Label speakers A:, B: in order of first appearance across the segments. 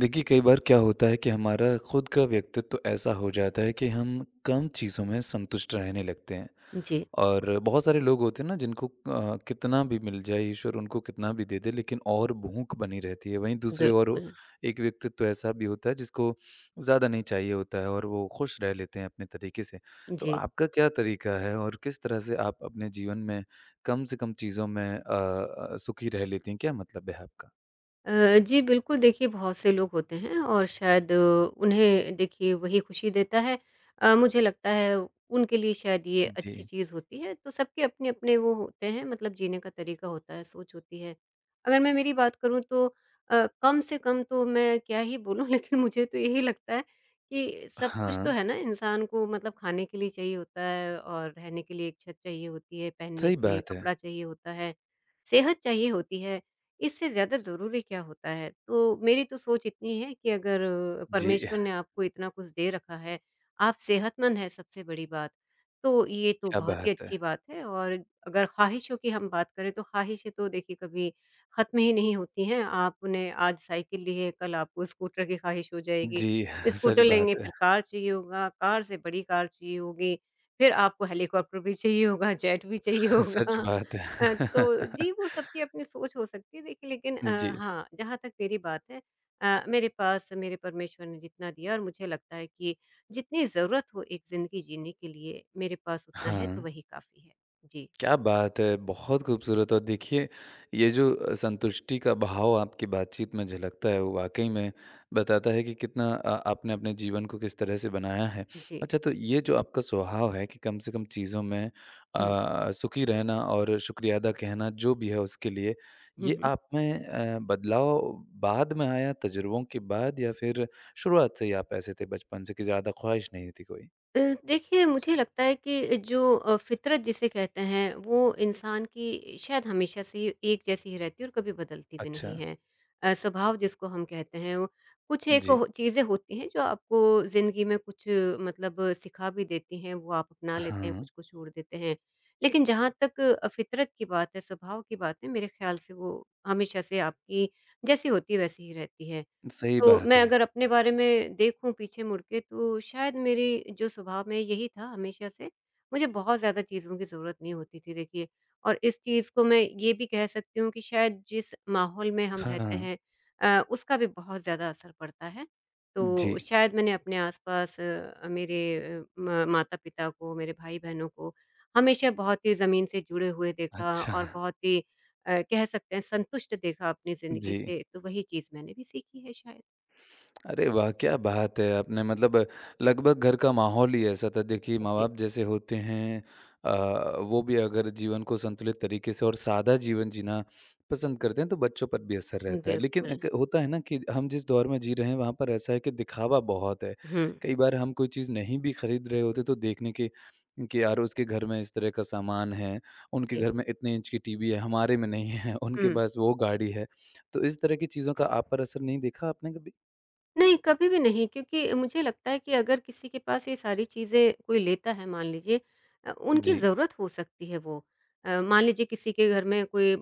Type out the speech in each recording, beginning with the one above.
A: देखिए, कई बार क्या होता है कि हमारा खुद का व्यक्तित्व ऐसा हो जाता है कि हम कम चीज़ों में संतुष्ट रहने लगते हैं।
B: जी,
A: और बहुत सारे लोग होते हैं ना जिनको कितना भी मिल जाए ईश्वर उनको कितना भी दे दे लेकिन और भूख बनी रहती है। वहीं दूसरी ओर
B: बिल्कुल।
A: एक व्यक्तित्व ऐसा भी होता है जिसको ज़्यादा नहीं चाहिए होता है और वो खुश रह लेते हैं अपने तरीके से। तो
B: जी,
A: आपका क्या तरीका है और किस तरह से आप अपने जीवन में कम से कम चीज़ों में सुखी रह लेती हैं? क्या मतलब है आपका?
B: अ, जी बिल्कुल देखिए बहुत से लोग होते हैं और शायद उन्हें देखिए वही खुशी देता है। मुझे लगता है उनके लिए शायद ये
A: जी।
B: अच्छी चीज़ होती है। तो सबके अपने-अपने वो होते हैं मतलब जीने का तरीका होता है, सोच होती है। अगर मैं मेरी बात करूँ तो अ, कम से कम तो मैं क्या ही बोलूँ लेकिन मुझे तो यही लगता है कि सब कुछ तो
A: हाँ।
B: है ना इंसान को मतलब खाने के लिए चाहिए होता है और रहने के लिए एक छत चाहिए होती है, पहनने
A: सही
B: के लिए
A: बात है।
B: कपड़ा चाहिए होता है, सेहत चाहिए होती है। इससे ज़्यादा ज़रूरी क्या होता है? तो मेरी तो सोच इतनी है कि अगर
A: जी,
B: परमेश्वर ने आपको इतना कुछ दे रखा है, आप सेहतमंद हैं सबसे बड़ी बात, तो ये तो
A: क्या
B: बहुत ही
A: बात है।
B: अच्छी बात है और अगर ख़्वाहिशों की हम बात करें तो ख़्वाहिशें तो देखिए कभी ख़त्म ही नहीं होती हैं। आपने आज साइकिल ली है, कल आपको स्कूटर की ख़्वाहिश हो जाएगी,
A: जी, सच
B: स्कूटर लेंगे
A: बात है,
B: फिर कार चाहिए होगा, कार से बड़ी कार चाहिए होगी, फिर आपको हेलीकॉप्टर भी चाहिए होगा, जेट भी चाहिए
A: सच
B: होगा।
A: बात
B: तो
A: है।
B: जी, वो सबकी अपनी सोच हो सकती है देखिए लेकिन
A: जी,
B: हाँ, जहाँ तक मेरी बात है मेरे पास मेरे परमेश्वर ने जितना दिया और मुझे लगता है कि जितनी ज़रूरत हो एक ज़िंदगी जीने के लिए, मेरे पास उतना है तो
A: हाँ।
B: वही काफ़ी है। जी,
A: क्या बात है! बहुत खूबसूरत और देखिए ये जो संतुष्टि का भाव आपकी बातचीत में झलकता है वो वाक़ई में बताता है कि कितना आपने अपने जीवन को किस तरह से बनाया है।
B: जी।
A: अच्छा तो ये जो आपका स्वभाव है कि कम से कम चीज़ों में
B: हुँ।
A: सुखी रहना और शुक्रिया अदा कहना जो भी है उसके लिए,
B: हुँ,
A: ये
B: हुँ।
A: आप में बदलाव बाद में आया तजुर्बों के बाद या फिर शुरुआत से ही आप ऐसे थे बचपन से कि ज़्यादा ख्वाहिश नहीं थी कोई?
B: अ, देखिए मुझे लगता है कि जो फ़ितरत जिसे कहते हैं वो इंसान की शायद हमेशा से ही एक जैसी ही रहती है और कभी बदलती भी
A: अच्छा,
B: नहीं है। स्वभाव जिसको हम कहते हैं वो कुछ एक
A: जी।
B: हो चीज़ें होती हैं जो आपको ज़िंदगी में कुछ मतलब सिखा भी देती हैं, वो आप अपना लेते हैं,
A: हाँ,
B: कुछ को छोड़ देते हैं। लेकिन जहाँ तक फ़ितरत की बात है, स्वभाव की बात है, मेरे ख़्याल से वो हमेशा से आपकी जैसी होती है वैसी ही रहती है।
A: सही
B: तो
A: बात
B: मैं
A: है।
B: अगर अपने बारे में देखूँ पीछे मुड़ के तो शायद मेरी जो स्वभाव में यही था हमेशा से, मुझे बहुत ज़्यादा चीज़ों की ज़रूरत नहीं होती थी देखिए और इस चीज़ को मैं ये भी कह सकती हूँ कि शायद जिस माहौल में हम रहते
A: हाँ।
B: हैं उसका भी बहुत ज़्यादा असर पड़ता है।
A: जी।
B: तो शायद मैंने अपने आस-पास मेरे अ, म माता-पिता को, मेरे भाई-बहनों को हमेशा बहुत ही ज़मीन से जुड़े हुए देखा
A: अच्छा,
B: और बहुत ही कह सकते हैं संतुष्ट देखा अपनी ज़िंदगी
A: जी।
B: से, तो वही चीज़ मैंने भी सीखी है शायद।
A: अरे वाह! क्या बात है! आपने मतलब लगभग घर का माहौल ही ऐसा था। देखिए,
B: जी,
A: माँ-बाप जैसे होते हैं अ, वो भी अगर जीवन को संतुलित तरीके से और सादा जीवन जीना पसंद करते हैं, तो बच्चों पर भी असर रहता है। लेकिन
B: बिल्कुल।
A: एक होता है ना कि हम जिस दौर में जी रहे हैं, वहाँ पर ऐसा है कि दिखावा बहुत है।
B: हुँ,
A: कई बार हम कोई चीज़ नहीं भी खरीद रहे होते, तो देखने के कि यार, उसके घर में इस तरह का सामान है, उनके
B: जी।
A: घर में इतने इंच की टीवी है, हमारे में नहीं है, उनके
B: हुँ,
A: पास वो गाड़ी है। तो इस तरह की चीज़ों का आप पर असर नहीं देखा आपने कभी?
B: नहीं, कभी भी नहीं क्योंकि मुझे लगता है कि अगर किसी के पास ये सारी चीज़ें कोई लेता है मान लीजिए उनकी
A: जी।
B: ज़रूरत हो सकती है वो। मान लीजिए किसी के घर में कोई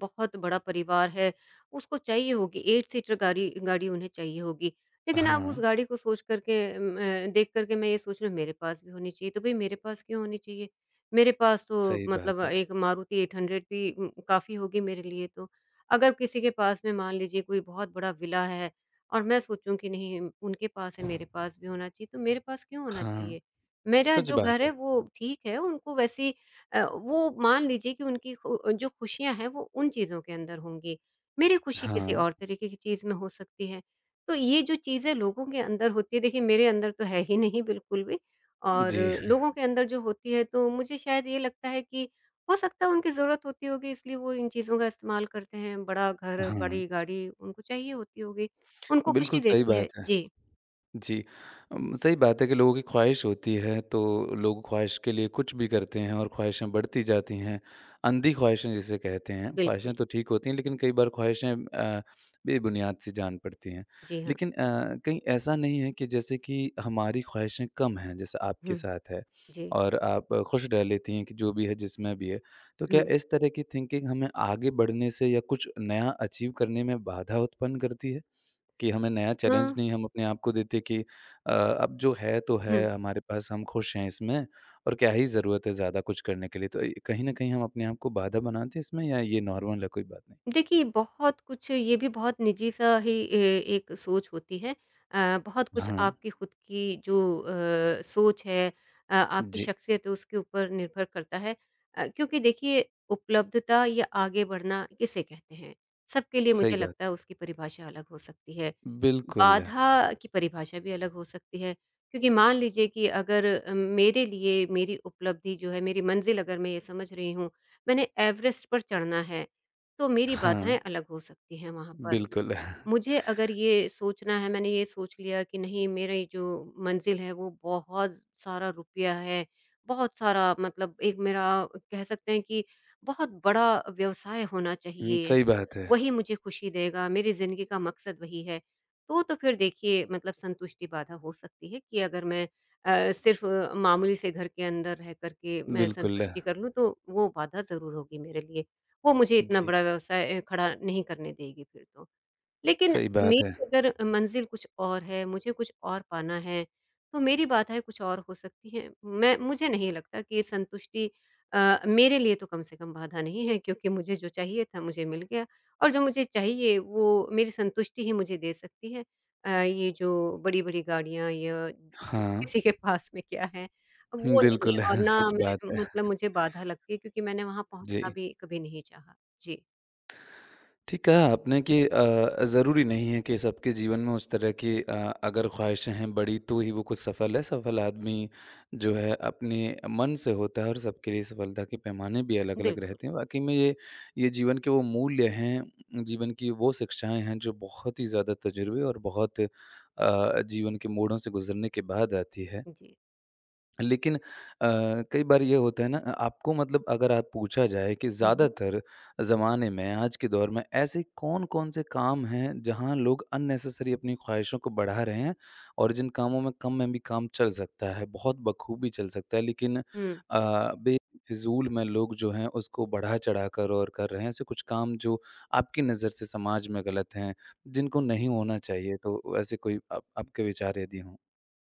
B: बहुत बड़ा परिवार है, उसको चाहिए होगी 8 सीटर गाड़ी गाड़ी उन्हें चाहिए होगी। लेकिन अब उस
A: हाँ,
B: गाड़ी को सोच कर के देख कर के मैं ये सोच रही हूँ मेरे पास भी होनी चाहिए, तो भई मेरे पास क्यों होनी चाहिए? मेरे पास तो
A: सही
B: मतलब
A: बात है।
B: एक मारुति 800 भी काफ़ी होगी मेरे लिए तो। अगर किसी के पास में मान लीजिए कोई बहुत बड़ा विला है और मैं सोचूँ कि नहीं उनके पास है मेरे पास भी होना चाहिए, तो मेरे पास क्यों होना
A: हाँ,
B: चाहिए? मेरा
A: सच
B: जो
A: बात
B: घर है
A: है।
B: वो ठीक है उनको वैसी वो मान लीजिए कि उनकी खु जो खुशियाँ हैं वो उन चीज़ों के अंदर होंगी। मेरी खुशी किसी
A: हाँ,
B: और तरीके की चीज़ में हो सकती है। तो ये जो चीज़ें लोगों के अंदर होती है देखिए मेरे अंदर तो है ही नहीं बिल्कुल भी और
A: जी,
B: लोगों के अंदर जो होती है तो मुझे शायद ये लगता है कि हो सकता है उनकी ज़रूरत होती होगी इसलिए वो इन चीज़ों का इस्तेमाल करते हैं। बड़ा घर,
A: हाँ,
B: बड़ी गाड़ी उनको चाहिए होती होगी। उनको खुशी
A: बिल्कुल सही
B: देती है।
A: बात है।
B: जी,
A: जी। सही बात है कि लोगों की ख्वाहिश होती है, तो लोग ख्वाहिश के लिए कुछ भी करते हैं और ख्वाहिशें बढ़ती जाती हैं। अंधी ख्वाहिशें जिसे कहते हैं,
B: बिल्कुल।
A: ख्वाहिशें तो ठीक होती हैं लेकिन कई बार ख्वाहिशें बेबुनियाद सी जान पड़ती हैं।
B: जी हाँ।
A: लेकिन कहीं ऐसा नहीं है कि जैसे कि हमारी ख्वाहिशें कम हैं, जैसे आपके
B: हुँ,
A: साथ है
B: जी।
A: और आप खुश रह लेती हैं कि जो भी है, जिसमें भी है। तो क्या
B: हुँ।
A: इस तरह की थिंकिंग हमें आगे बढ़ने से या कुछ नया अचीव करने में बाधा उत्पन्न करती है? कि हमें नया चैलेंज
B: हाँ,
A: नहीं हम अपने आप को देते कि अब जो है तो है
B: हुँ।
A: हमारे पास हम खुश हैं इसमें और क्या ही ज़रूरत है ज़्यादा कुछ करने के लिए। तो ये कहीं न कहीं हम अपने आप को बाधा बनाते हैं इसमें या ये नॉर्मल है कोई बात नहीं?
B: देखिए, बहुत कुछ ये भी बहुत निजी सा ही ए एक सोच होती है। बहुत कुछ
A: हाँ,
B: आपकी खुद की जो सोच है आपकी
A: जी,
B: शख्सियत है उसके ऊपर निर्भर करता है। क्योंकि देखिए उपलब्धता या आगे बढ़ना किसे कहते हैं? सबके लिए मुझे
A: सही बात
B: लगता है
A: है।
B: उसकी परिभाषा अलग हो सकती है।
A: बिल्कुल,
B: बाधा की परिभाषा भी अलग हो सकती है। क्योंकि मान लीजिए कि अगर मेरे लिए मेरी उपलब्धि जो है, मेरी मंज़िल अगर मैं ये समझ रही हूँ, मैंने एवरेस्ट पर चढ़ना है। तो मेरी
A: हाँ,
B: बाधाएँ अलग हो सकती हैं वहाँ पर।
A: बिल्कुल।
B: मुझे अगर ये सोचना है मैंने ये सोच लिया कि नहीं मेरी जो मंज़िल है वो बहुत सारा रुपया है, बहुत सारा मतलब एक मेरा कह सकते हैं कि बहुत बड़ा व्यवसाय होना
A: हुँ,
B: चाहिए
A: सही बात है।
B: वही मुझे खुशी देगा, मेरी ज़िंदगी का मकसद वही है। तो फिर देखिए मतलब संतुष्टि बाधा हो सकती है कि अगर मैं सिर्फ़ मामूली से घर के अंदर रह कर के मैं
A: बिल्कुल,
B: संतुष्टि कर लूँ तो वो बाधा ज़रूर होगी मेरे लिए। वो मुझे इतना
A: जी,
B: बड़ा व्यवसाय खड़ा नहीं करने देगी फिर तो। लेकिन
A: सही बात है।
B: मेरी अगर मंज़िल कुछ और है, मुझे कुछ और पाना है, तो मेरी बाधाएँ कुछ और हो सकती हैं। मैं मुझे नहीं लगता कि ये संतुष्टि मेरे लिए तो कम से कम बाधा नहीं है क्योंकि मुझे जो चाहिए था मुझे मिल गया और जो मुझे चाहिए वो मेरी संतुष्टि ही मुझे दे सकती है। ये जो बड़ी-बड़ी गाड़ियाँ या
A: हाँ,
B: किसी के पास में क्या है, वो नहीं है
A: बिल्कुल
B: और ना
A: सच बात
B: मैं
A: है।
B: मतलब मुझे बाधा लगती है क्योंकि मैंने वहाँ
A: जी।
B: पहुँचना भी कभी नहीं चाहा। जी,
A: ठीक कहा आपने कि ज़रूरी नहीं है कि सबके जीवन में उस तरह की अगर ख्वाहिशें हैं बड़ी तो ही वो कुछ सफल है। सफल आदमी जो है अपने मन से होता है और सबके लिए सफलता के पैमाने भी अलग-अलग
B: बिल्कुल।
A: रहते हैं। वाक़ई में ये जीवन के वो मूल्य हैं, जीवन की वो शिक्षाएँ हैं जो बहुत ही ज़्यादा तजुर्बे और बहुत जीवन के मोड़ों से गुज़रने के बाद आती है।
B: जी।
A: लेकिन कई बार ये होता है ना आपको मतलब अगर आप पूछा जाए कि
B: हुँ, हुँ।
A: ज़्यादातर ज़माने में, आज के दौर में ऐसे कौन-कौन से काम हैं जहाँ लोग अननेसेसरी अपनी ख़्वाहिशों को बढ़ा रहे हैं और जिन कामों में कम में भी काम चल सकता है, बहुत बखूबी चल सकता है लेकिन
B: हुँ।
A: बेफ़िज़ूल में लोग जो हैं उसको बढ़ा-चढ़ा कर और कर रहे हैं। ऐसे कुछ काम जो आपकी नज़र से समाज में गलत हैं, जिनको नहीं होना चाहिए, तो ऐसे कोई आप आपके विचार यदि हों?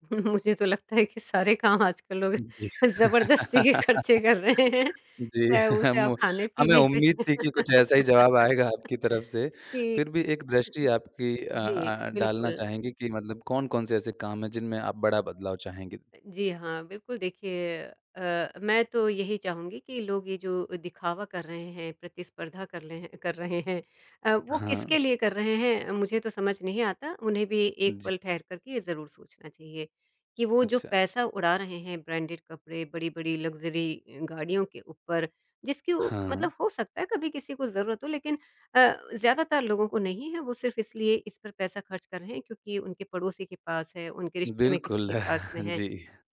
B: मुझे तो लगता है कि सारे काम आजकल लोग
A: जी।
B: ज़बरदस्ती के खर्चे कर रहे हैं,
A: जी,
B: चाहे उसे
A: हम
B: आप
A: हमें
B: खाने-पीने पे
A: उम्मीद थी कि कुछ ऐसा ही जवाब आएगा आपकी तरफ से।
B: कि
A: फिर भी एक दृष्टि आपकी
B: जी,
A: डालना
B: बिल्कुल।
A: चाहेंगे कि मतलब कौन-कौन से ऐसे काम हैं जिनमें आप बड़ा बदलाव चाहेंगे?
B: जी हाँ, बिल्कुल देखिए मैं तो यही चाहूँगी कि लोग ये जो दिखावा कर रहे हैं, प्रतिस्पर्धा कर रहे हैं वो
A: हाँ,
B: किसके लिए कर रहे हैं मुझे तो समझ नहीं आता। उन्हें भी एक
A: जी,
B: पल ठहर कर के ये ज़रूर सोचना चाहिए कि वो जो
A: अच्छा।
B: पैसा उड़ा रहे हैं ब्रांडेड कपड़े, बड़ी-बड़ी लग्ज़री गाड़ियों के ऊपर जिसकी उ
A: हाँ,
B: मतलब हो सकता है कभी किसी को ज़रूरत हो लेकिन अ, ज़्यादातर लोगों को नहीं है। वो सिर्फ़ इसलिए इस पर पैसा खर्च कर रहे हैं क्योंकि उनके पड़ोसी के पास है, उनके रिश्ते में किसी
A: बिल्कुल,
B: के पास में है।
A: जी।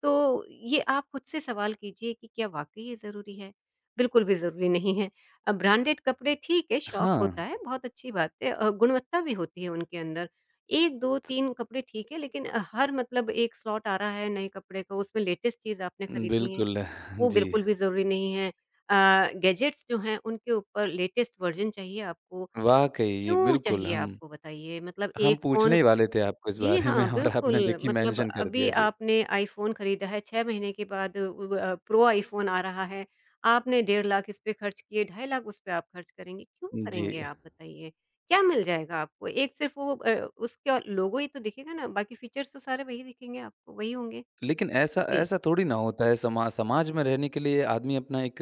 B: तो ये आप खुद से सवाल कीजिए कि क्या वाक़ई ये ज़रूरी है? बिल्कुल भी ज़रूरी नहीं है। ब्रांडेड कपड़े ठीक है, शौक होता
A: हाँ,
B: है, बहुत अच्छी बात है गुणवत्ता भी होती है उनके अंदर। 1, 2,
A: त
B: 3 कपड़े ठीक है, लेकिन हर मतलब एक स्लॉट आ रहा है नए कपड़े का, उसमें लेटेस्ट चीज़ आपने खरीदनी है,
A: बिल्कुल,
B: वो
A: जी।
B: बिल्कुल भी ज़रूरी नहीं है। गैजेट्स जो हैं, उनके ऊपर लेटेस्ट वर्ज़न चाहिए आपको,
A: वाक़ई, ये
B: क्यों
A: बिल्कुल
B: चाहिए आपको बताइए? मतलब
A: हम
B: एक
A: पूछने
B: फ़ोन
A: ही वाले थे आपको इस
B: जी
A: बारे में
B: हाँ,
A: और आपने
B: बिल्कुल,
A: देखिए
B: मतलब
A: मेंशन कर
B: अभी
A: दिया। जी,
B: आपने आईफ़ोन खरीदा है, 6 महीने के बाद प्रो आईफ़ोन आ रहा है, आपने 1 डेढ़ लाख इस पे खर्च किए, ढाई लाख उस पे आप खर्च करेंगे, क्यों
A: जी।
B: करेंगे आप बताइए? क्या मिल जाएगा आपको? एक सिर्फ़ वो उसका लोगो ही तो दिखेगा ना, बाकी फ़ीचर्स तो सारे वही दिखेंगे आपको, वही होंगे।
A: लेकिन ऐसा
B: जी।
A: ऐसा थोड़ी ना होता है समाज में रहने के लिए आदमी अपना एक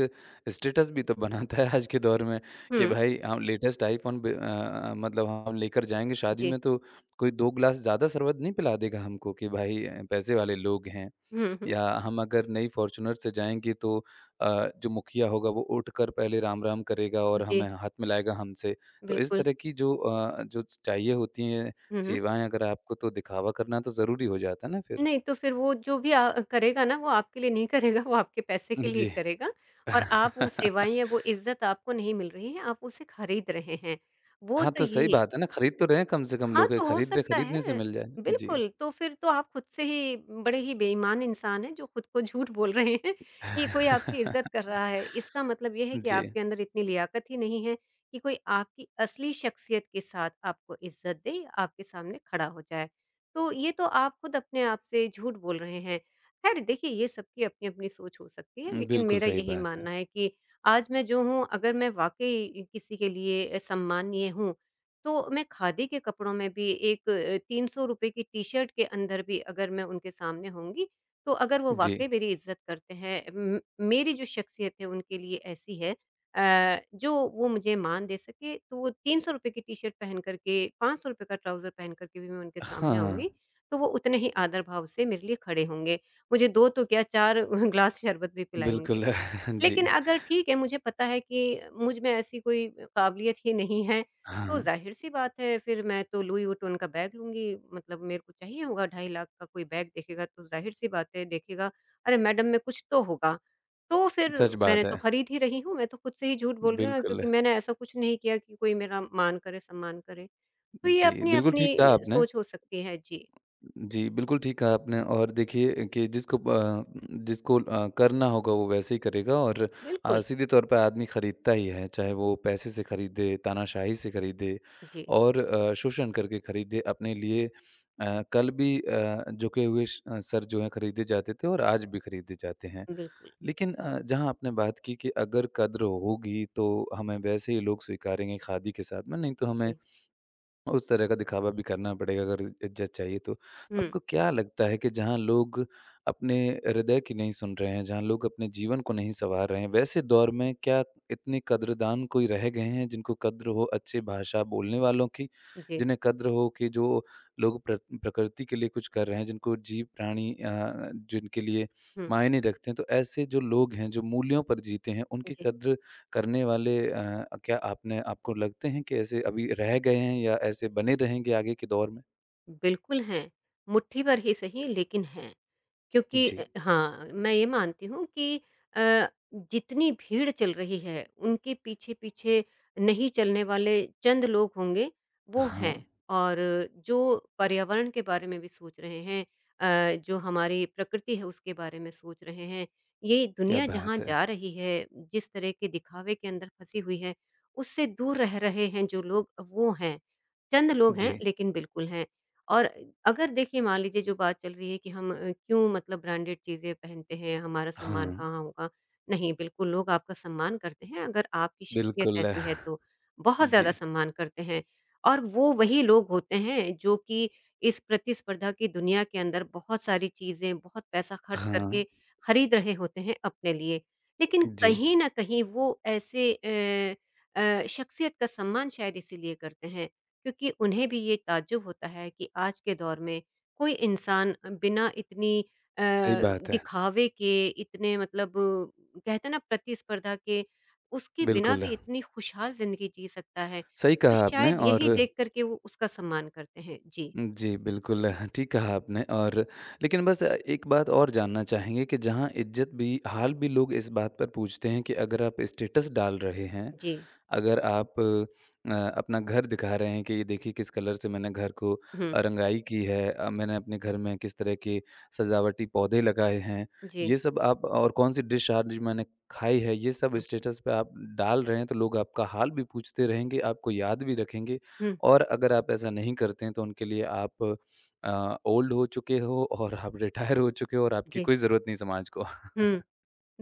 A: स्टेटस भी तो बनाता है आज के दौर में कि
B: हुँ।
A: भाई हम लेटेस्ट आईफ़ोन मतलब हम लेकर जाएँगे शादी
B: जी।
A: में तो कोई 2 ग्लास ज़्यादा शरबत नहीं पिला देगा हमको कि भाई पैसे वाले लोग हैं
B: हुँ, हुँ।
A: या हम अगर नई फ़ॉर्च्यूनर से जाएँगे तो जो मुखिया होगा वो उठकर पहले राम-राम करेगा और हमें
B: जी,
A: हाथ मिलाएगा हमसे। तो इस
B: बिल्कुल।
A: तरह की जो जो चाहिए होती हैं
B: हुँ, हुँ।
A: सेवाएँ अगर आपको तो दिखावा करना तो ज़रूरी हो जाता है ना फिर।
B: नहीं, तो फिर वो जो भी करेगा ना, वो आपके लिए नहीं करेगा, वो आपके पैसे के लिए
A: जी।
B: करेगा और आप वो सेवाएँ या वो इज़्ज़त आपको नहीं मिल रही है, आप उसे खरीद रहे हैं। वो
A: हाँ,
B: तो
A: तो सही
B: यही है।
A: बात है ना, खरीद तो रहे हैं कम से कम
B: हाँ,
A: लोग ये
B: तो हो
A: खरीद रहे
B: सकता
A: खरीदने से
B: है।
A: मिल जाए। जी।
B: बिल्कुल, तो फिर तो आप खुद से ही बड़े ही बेईमान इंसान हैं जो खुद को झूठ बोल रहे हैं कि कोई आपकी इज़्ज़त कर रहा है। इसका मतलब ये है कि
A: जी।
B: आपके अंदर इतनी लियाकत ही नहीं है कि कोई आपकी असली शख्सियत के साथ आपको इज़्ज़त दे, आपके सामने खड़ा हो जाए। तो ये तो आप खुद अपने आप से झूठ बोल रहे हैं। ख़ैर देखिए, ये सबकी अपनी-अपनी सोच हो सकती है, लेकिन
A: बिल्कुल
B: मेरा
A: सही
B: यही
A: बात है।
B: मानना है कि आज मैं जो हूँ, अगर मैं वाक़ई किसी के लिए सम्मानीय हूँ, तो मैं खादी के कपड़ों में भी एक ₹300 की टी-शर्ट के अंदर भी अगर मैं उनके सामने होंगी, तो अगर वो
A: जी।
B: वाक़ई मेरी इज़्ज़त करते हैं मेरी जो शख्सियत है उनके लिए ऐसी है जो वो मुझे मान दे सके, तो वो ₹300 की टी-शर्ट पहन कर के, ₹500 का ट्राउज़र पहन कर के भी मैं उनके सामने
A: हाँ,
B: आऊँगी, तो वो उतने ही आदर भाव से मेरे लिए खड़े होंगे। मुझे 2 तो क्या 4 ग्लास शरबत भी पिलाएँगे।
A: बिल्कुल जी।
B: लेकिन अगर ठीक है, मुझे पता है कि मुझ में ऐसी कोई काबिलियत ही नहीं है, तो
A: हाँ,
B: ज़ाहिर-सी बात है फिर मैं तो लुई वुइटन का बैग लूँगी। मतलब मेरे को चाहिए होगा ढाई लाख का कोई बैग देखेगा तो ज़ाहिर-सी बात है देखेगा, "अरे! मैडम में कुछ तो होगा।" तो फिर
A: सच
B: मैंने
A: बात है।
B: तो खरीद ही रही हूँ, मैं तो खुद से ही झूठ बोल रही हूँ ना
A: बिल्कुल,
B: क्योंकि मैंने ऐसा कुछ नहीं किया कि कोई मेरा मान करे, सम्मान करे। तो ये
A: जी, बिल्कुल
B: अपनी-अपनी
A: ठीक कहा आपने।
B: सोच हो सकती है। जी,
A: जी, बिल्कुल ठीक कहा आपने और देखिए कि जिसको ब जिसको करना होगा वो वैसे ही करेगा और
B: बिल्कुल।
A: सीधे तौर पे आदमी खरीदता ही है, चाहे वो पैसे से खरीदे, तानाशाही से खरीदे
B: जी,
A: और शोषण करके खरीदे अपने लिए कल भी झुके हुए सर जो हैं खरीदे जाते थे और आज भी खरीदे जाते हैं।
B: बिल्कुल।
A: लेकिन जहाँ आपने बात की कि अगर कद्र होगी तो हमें वैसे ही लोग स्वीकारेंगे खादी के साथ में, नहीं तो हमें
B: जी।
A: उस तरह का दिखावा भी करना पड़ेगा अगर इज्जत चाहिए तो। तो
B: हुँ,
A: आपको क्या लगता है कि जहाँ लोग अपने हृदय की नहीं सुन रहे हैं, जहाँ लोग अपने जीवन को नहीं सँवार रहे हैं, वैसे दौर में क्या इतने कद्रदान कोई रह गए हैं जिनको कद्र हो अच्छी भाषा बोलने वालों की?
B: जी,
A: जिन्हें कद्र हो कि जो लोग प्रकृति के लिए कुछ कर रहे हैं, जिनको जीव प्राणी जिनके लिए
B: हुँ,
A: मायने रखते हैं। तो ऐसे जो लोग हैं, जो मूल्यों पर जीते हैं, उनकी
B: जी।
A: कद्र करने वाले क्या आपने आपको लगते हैं कि ऐसे अभी रह गए हैं या ऐसे बने रहेंगे आगे के दौर में?
B: बिल्कुल हैं, मुट्ठी भर ही सही लेकिन हैं। क्योंकि
A: जी।
B: हाँ, मैं ये मानती हूँ कि अ, जितनी भीड़ चल रही है, उनके पीछे-पीछे नहीं चलने वाले चंद लोग होंगे, वो
A: हाँ,
B: हैं। और जो पर्यावरण के बारे में भी सोच रहे हैं जो हमारी प्रकृति है उसके बारे में सोच रहे हैं, ये
A: क्या
B: दुनिया जहाँ
A: बात है।
B: जा रही है, जिस तरह के दिखावे के अंदर फँसी हुई है, उससे दूर रह रहे हैं जो लोग वो हैं। चंद लोग हैं
A: जी।
B: लेकिन बिल्कुल हैं। और अगर देखिए मान लीजिए जो बात चल रही है कि हम क्यों मतलब ब्रांडेड चीज़ें पहनते हैं, हमारा सम्मान
A: हाँ,
B: कहाँ होगा? नहीं, बिल्कुल लोग आपका सम्मान करते हैं अगर आपकी शख्सियत
A: बिल्कुल।
B: ऐसी है तो, बहुत
A: जी।
B: ज़्यादा सम्मान करते हैं। और वो वही लोग होते हैं जो कि इस प्रतिस्पर्धा की दुनिया के अंदर बहुत सारी चीज़ें, बहुत पैसा खर्च करके
A: हाँ,
B: खरीद रहे होते हैं अपने लिए। लेकिन
A: जी,
B: कहीं न कहीं वो ऐसे शख्सियत का सम्मान शायद इसीलिए करते हैं क्योंकि उन्हें भी ये ताज्जुब होता है कि आज के दौर में कोई इंसान बिना इतनी अ,
A: सही बात है।
B: दिखावे के इतने मतलब कहते हैं ना प्रतिस्पर्धा के उसके बिना
A: बिल्कुल,
B: भी इतनी खुशहाल जिंदगी जी सकता है
A: सही
B: तो
A: कहा आपने
B: शायद यही
A: और
B: देख करके वो उसका सम्मान करते हैं जी।
A: जी, बिल्कुल, ठीक कहा आपने और लेकिन बस एक बात और जानना चाहेंगे कि जहाँ इज़्ज़त भी हाल भी लोग इस बात पर पूछते हैं कि अगर आप स्टेटस डाल रहे हैं
B: जी।
A: अगर आप अपना घर दिखा रहे हैं कि ये देखिए किस कलर से मैंने घर को
B: हम्म।
A: रंगाई की है मैंने अपने घर में किस तरह के सजावटी पौधे लगाए हैं
B: जी।
A: ये सब आप और कौन सी डिश आज मैंने खाई है ये सब
B: हम्म।
A: स्टेटस पे आप डाल रहे हैं तो लोग आपका हाल भी पूछते रहेंगे आपको याद भी रखेंगे
B: हम्म,
A: और अगर आप ऐसा नहीं करते हैं तो उनके लिए आप ओल्ड हो चुके हो और आप रिटायर हो चुके हो और आपकी
B: जी।
A: कोई ज़रूरत नहीं समाज को
B: हम्म।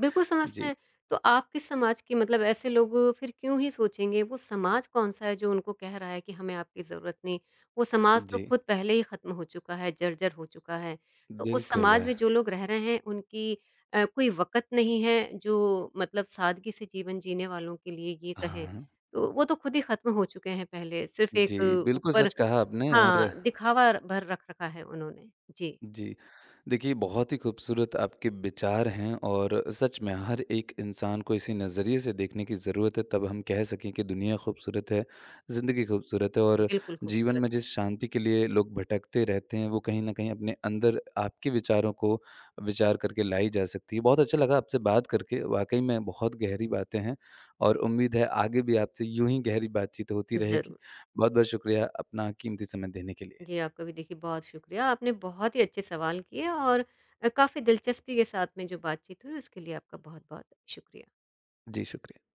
B: बिल्कुल समझते
A: जी
B: हैं। तो आप किस समाज की मतलब ऐसे लोग फिर क्यों ही सोचेंगे, वो समाज कौन-सा है जो उनको कह रहा है कि हमें आपकी ज़रूरत नहीं। वो समाज तो
A: जी
B: खुद पहले ही ख़त्म हो चुका है, जर्जर हो चुका है। तो उस
A: बिल्कुल
B: समाज
A: है
B: में जो लोग रह रहे हैं उनकी कोई वक़्त नहीं है जो मतलब सादगी से जीवन जीने वालों के लिए ये कहें।
A: हाँ
B: तो वो तो खुद ही ख़त्म हो चुके हैं पहले, सिर्फ़
A: जी,
B: एक
A: बिल्कुल
B: ऊपर
A: सच कहा आपने और
B: हाँ, दिखावा भर रख रखा है उन्होंने। जी,
A: जी। देखिए, बहुत ही खूबसूरत आपके विचार हैं और सच में हर एक इंसान को इसी नज़रिए से देखने की ज़रूरत है, तब हम कह सकें कि दुनिया खूबसूरत है, ज़िंदगी खूबसूरत है और
B: बिल्कुल
A: जीवन
B: खूबसूरत
A: में
B: है।
A: जिस शांति के लिए लोग भटकते रहते हैं, वो कहीं न कहीं अपने अंदर आपके विचारों को विचार करके लाई जा सकती है। बहुत अच्छा लगा आपसे बात करके, वाक़ई में बहुत गहरी बातें हैं और उम्मीद है आगे भी आपसे यूँ ही गहरी बातचीत होती रहेगी।
B: ज़रूर।
A: बहुत-बहुत शुक्रिया अपना कीमती समय देने के लिए।
B: जी, आपका भी देखिए बहुत शुक्रिया। आपने बहुत ही अच्छे सवाल किए और काफ़ी दिलचस्पी के साथ में जो बातचीत हुई उसके लिए आपका बहुत-बहुत शुक्रिया।
A: जी, शुक्रिया।